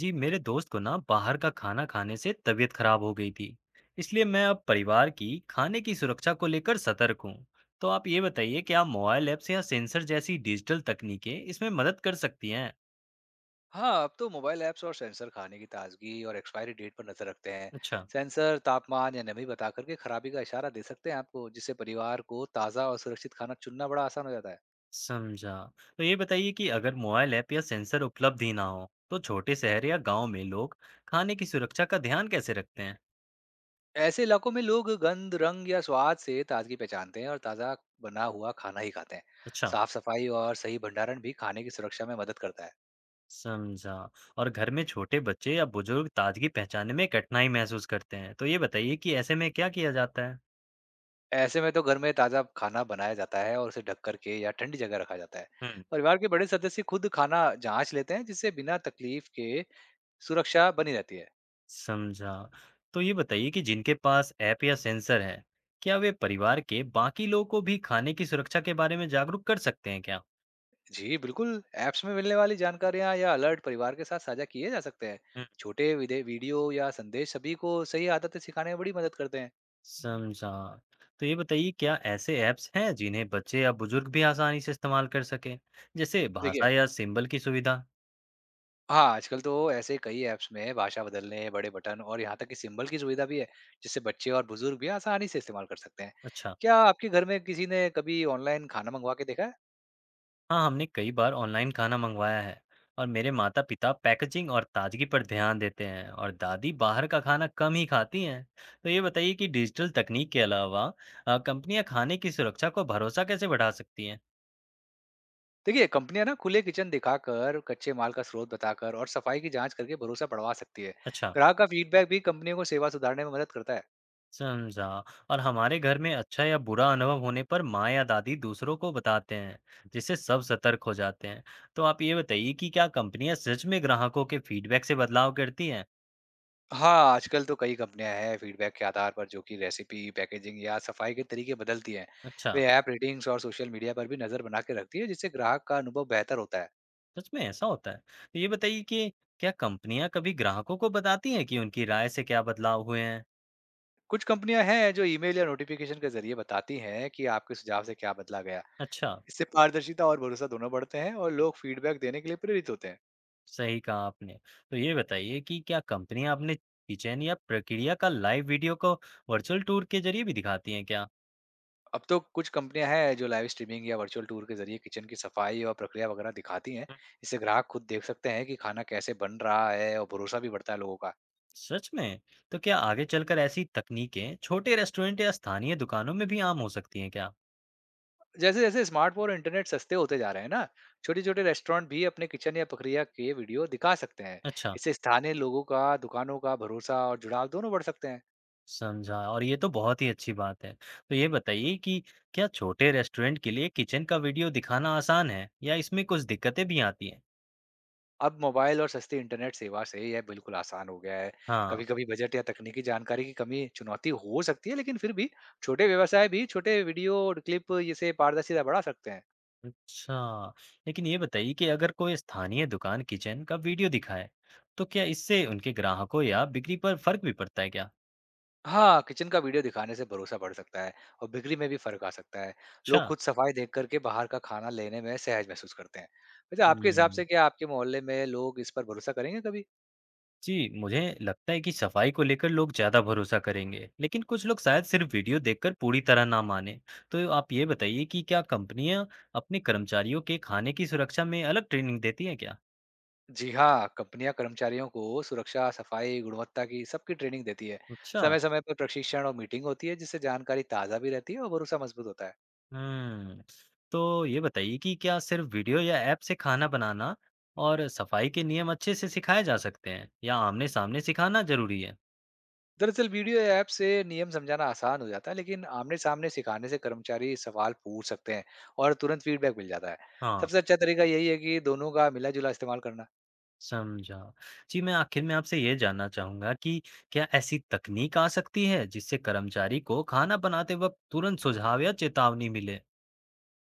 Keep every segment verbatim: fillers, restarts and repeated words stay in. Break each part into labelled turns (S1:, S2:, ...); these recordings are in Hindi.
S1: जी, मेरे दोस्त को ना बाहर का खाना खाने से तबीयत खराब हो गई थी। इसलिए मैं अब परिवार की खाने की सुरक्षा को लेकर सतर्क हूँ। तो आप ये बताइए, क्या मोबाइल ऐप्स या सेंसर जैसी डिजिटल तकनीकें इसमें मदद कर सकती हैं?
S2: हाँ, अब तो मोबाइल ऐप्स और सेंसर खाने की ताज़गी और एक्सपायरी डेट पर नज़र रखते हैं।
S1: अच्छा।
S2: सेंसर तापमान या नमी बता करके खराबी का इशारा दे सकते हैं आपको, जिससे परिवार को ताज़ा और सुरक्षित खाना चुनना बड़ा आसान हो जाता है।
S1: समझा। तो ये बताइए कि अगर मोबाइल ऐप या सेंसर उपलब्ध ही ना हो तो छोटे शहर या गांव में लोग खाने की सुरक्षा का ध्यान कैसे रखते हैं?
S2: ऐसे इलाकों में लोग गंध, रंग या स्वाद से ताज़गी पहचानते हैं और ताज़ा बना हुआ खाना ही खाते हैं।
S1: अच्छा।
S2: साफ-सफाई और सही भंडारण भी खाने की सुरक्षा में मदद करता है।
S1: समझा। और घर में छोटे बच्चे या बुजुर्ग ताजगी पहचानने में कठिनाई महसूस करते हैं, तो ये बताइए कि ऐसे में क्या किया जाता है?
S2: ऐसे में तो घर में ताज़ा खाना बनाया जाता है और उसे ढक कर के या ठंडी जगह रखा जाता है।
S1: हुँ।
S2: परिवार के बड़े सदस्य खुद खाना जाँच लेते हैं, जिससे बिना तकलीफ के सुरक्षा बनी रहती है।
S1: समझा। तो ये बताइए कि जिनके पास ऐप या सेंसर है, क्या वे परिवार के बाकी लोगों को भी खाने की सुरक्षा के बारे में जागरूक कर सकते हैं क्या?
S2: जी, बिल्कुल, ऐप्स में मिलने वाली जानकारियाँ या अलर्ट परिवार के साथ साझा किए जा सकते हैं।
S1: हुँ।
S2: छोटे विदे वीडियो या संदेश सभी को सही आदतें सिखाने में बड़ी मदद करते हैं।
S1: समझा। तो ये बताइए, क्या ऐसे ऐप्स हैं जिन्हें बच्चे या बुजुर्ग भी आसानी से इस्तेमाल कर सकें? जैसे भाषा
S2: देखिए,
S1: या सिंबल की सुविधा?
S2: हाँ, आजकल तो ऐसे कई ऐप्स में भाषा बदलने, बड़े बटन और यहाँ तक कि सिंबल की सुविधा भी है, जिससे बच्चे और बुजुर्ग भी आसानी से इस्तेमाल कर सकते हैं।
S1: अच्छा।
S2: क्या आपके घर में किसी ने कभी ऑनलाइन खाना मंगवा के देखा है?
S1: हाँ, हमने कई बार ऑनलाइन खाना मंगवाया है, और मेरे माता-पिता पैकेजिंग और ताजगी पर ध्यान देते हैं और दादी बाहर का खाना कम ही खाती हैं। तो ये बताइए कि डिजिटल तकनीक के अलावा अ, कंपनियां खाने की सुरक्षा को भरोसा कैसे बढ़ा सकती हैं?
S2: देखिए, कंपनियां ना खुले किचन दिखाकर, कच्चे माल का स्रोत बताकर और सफाई की जांच करके भरोसा बढ़वा सकती है।
S1: अच्छा।
S2: ग्राहक का फीडबैक भी कंपनियों को सेवा सुधारने में मदद करता है।
S1: समझा। और हमारे घर में अच्छा या बुरा अनुभव होने पर माँ या दादी दूसरों को बताते हैं, जिससे सब सतर्क हो जाते हैं। तो आप ये बताइए कि क्या कंपनियां सच में ग्राहकों के फीडबैक से बदलाव करती हैं?
S2: हाँ, आजकल तो कई कंपनियां हैं फीडबैक के आधार पर जो कि रेसिपी, पैकेजिंग या सफाई के तरीके बदलती हैं।
S1: अच्छा।
S2: वे ऐप रेटिंग्स और सोशल मीडिया पर भी नजर बना के रखती है, जिससे ग्राहक का अनुभव बेहतर होता है।
S1: सच में ऐसा होता है? तो ये बताइए कि क्या कंपनियाँ कभी ग्राहकों को बताती हैं कि उनकी राय से क्या बदलाव हुए हैं?
S2: कुछ कंपनियां हैं जो ईमेल या नोटिफिकेशन के जरिए बताती हैं कि आपके सुझाव से क्या बदला गया।
S1: अच्छा।
S2: इससे पारदर्शिता और भरोसा दोनों बढ़ते हैं और लोग फीडबैक देने के लिए प्रेरित होते हैं।
S1: सही कहा आपने। तो ये बताइए कि क्या कंपनियाँ अपने किचन या प्रक्रिया का लाइव वीडियो को वर्चुअल टूर के जरिए भी दिखाती हैं क्या?
S2: अब तो कुछ कंपनियां हैं जो लाइव स्ट्रीमिंग या वर्चुअल टूर के जरिए किचन की सफाई और प्रक्रिया वगैरह दिखाती हैं।
S1: हुँ।
S2: इससे ग्राहक खुद देख सकते हैं कि खाना कैसे बन रहा है और भरोसा भी बढ़ता है लोगों का।
S1: सच में? तो क्या आगे चलकर ऐसी तकनीकें छोटे रेस्टोरेंट या स्थानीय दुकानों में भी आम हो सकती हैं क्या?
S2: जैसे जैसे स्मार्टफोन और इंटरनेट सस्ते होते जा रहे हैं ना, छोटे छोटे रेस्टोरेंट भी अपने किचन या प्रक्रिया के वीडियो दिखा सकते हैं।
S1: अच्छा।
S2: इससे स्थानीय लोगों का, दुकानों का भरोसा और जुड़ाव दोनों बढ़ सकते हैं।
S1: समझा, और ये तो बहुत ही अच्छी बात है। तो ये बताइए कि क्या छोटे रेस्टोरेंट के लिए किचन का वीडियो दिखाना आसान है या इसमें कुछ दिक्कतें भी आती हैं?
S2: अब मोबाइल और सस्ती इंटरनेट सेवा से यह बिल्कुल आसान हो गया है।
S1: हाँ।
S2: कभी-कभी बजट या तकनीकी जानकारी की कमी चुनौती हो सकती है, लेकिन फिर भी छोटे व्यवसाय भी छोटे वीडियो और क्लिप जैसे पारदर्शिता बढ़ा सकते हैं।
S1: अच्छा। लेकिन ये बताइए कि अगर कोई स्थानीय दुकान किचन का वीडियो दिखाए, तो क्या इससे उनके ग्राहकों या बिक्री पर फर्क भी पड़ता है क्या?
S2: हाँ, किचन का वीडियो दिखाने से भरोसा बढ़ सकता है और बिक्री में भी फ़र्क आ सकता है।
S1: अच्छा।
S2: लोग खुद सफाई देख कर के बाहर का खाना लेने में सहज महसूस करते हैं। वैसे आपके हिसाब
S1: हुँ।
S2: से क्या आपके मोहल्ले में लोग इस पर भरोसा करेंगे कभी?
S1: जी, मुझे लगता है कि सफाई को लेकर लोग ज़्यादा भरोसा करेंगे, लेकिन कुछ लोग शायद सिर्फ वीडियो देखकर पूरी तरह ना मानें। तो आप ये बताइए कि क्या कंपनियां अपने कर्मचारियों के खाने की सुरक्षा में अलग ट्रेनिंग देती हैं क्या?
S2: जी हाँ, कंपनियाँ कर्मचारियों को सुरक्षा, सफाई, गुणवत्ता की सबकी ट्रेनिंग देती है।
S1: अच्छा।
S2: समय-समय पर प्रशिक्षण और मीटिंग होती है, जिससे जानकारी ताज़ा भी रहती है और भरोसा मजबूत होता है।
S1: हम्म। तो ये बताइए कि क्या सिर्फ वीडियो या ऐप से खाना बनाना और सफाई के नियम अच्छे से सिखाए जा सकते हैं, या आमने-सामने सिखाना जरूरी है?
S2: दरअसल वीडियो या ऐप से नियम समझाना आसान हो जाता है, लेकिन आमने-सामने सिखाने से कर्मचारी सवाल पूछ सकते हैं और तुरंत फीडबैक मिल जाता है।
S1: हाँ।
S2: सबसे अच्छा तरीका यही है कि दोनों का मिला-जुला इस्तेमाल करना।
S1: समझा। जी, मैं आखिर में आपसे ये जानना चाहूँगा कि क्या ऐसी तकनीक आ सकती है जिससे कर्मचारी को खाना बनाते वक़्त तुरंत सुझाव या चेतावनी मिले?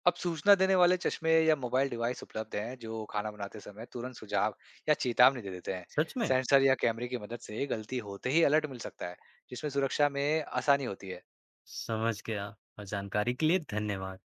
S2: अब सूचना देने वाले चश्मे या मोबाइल डिवाइस उपलब्ध हैं जो खाना बनाते समय तुरंत सुझाव या चेतावनी दे देते हैं।
S1: सच में?
S2: सेंसर या कैमरे की मदद से गलती होते ही अलर्ट मिल सकता है, जिसमें सुरक्षा में आसानी होती है।
S1: समझ गया, और जानकारी के लिए धन्यवाद।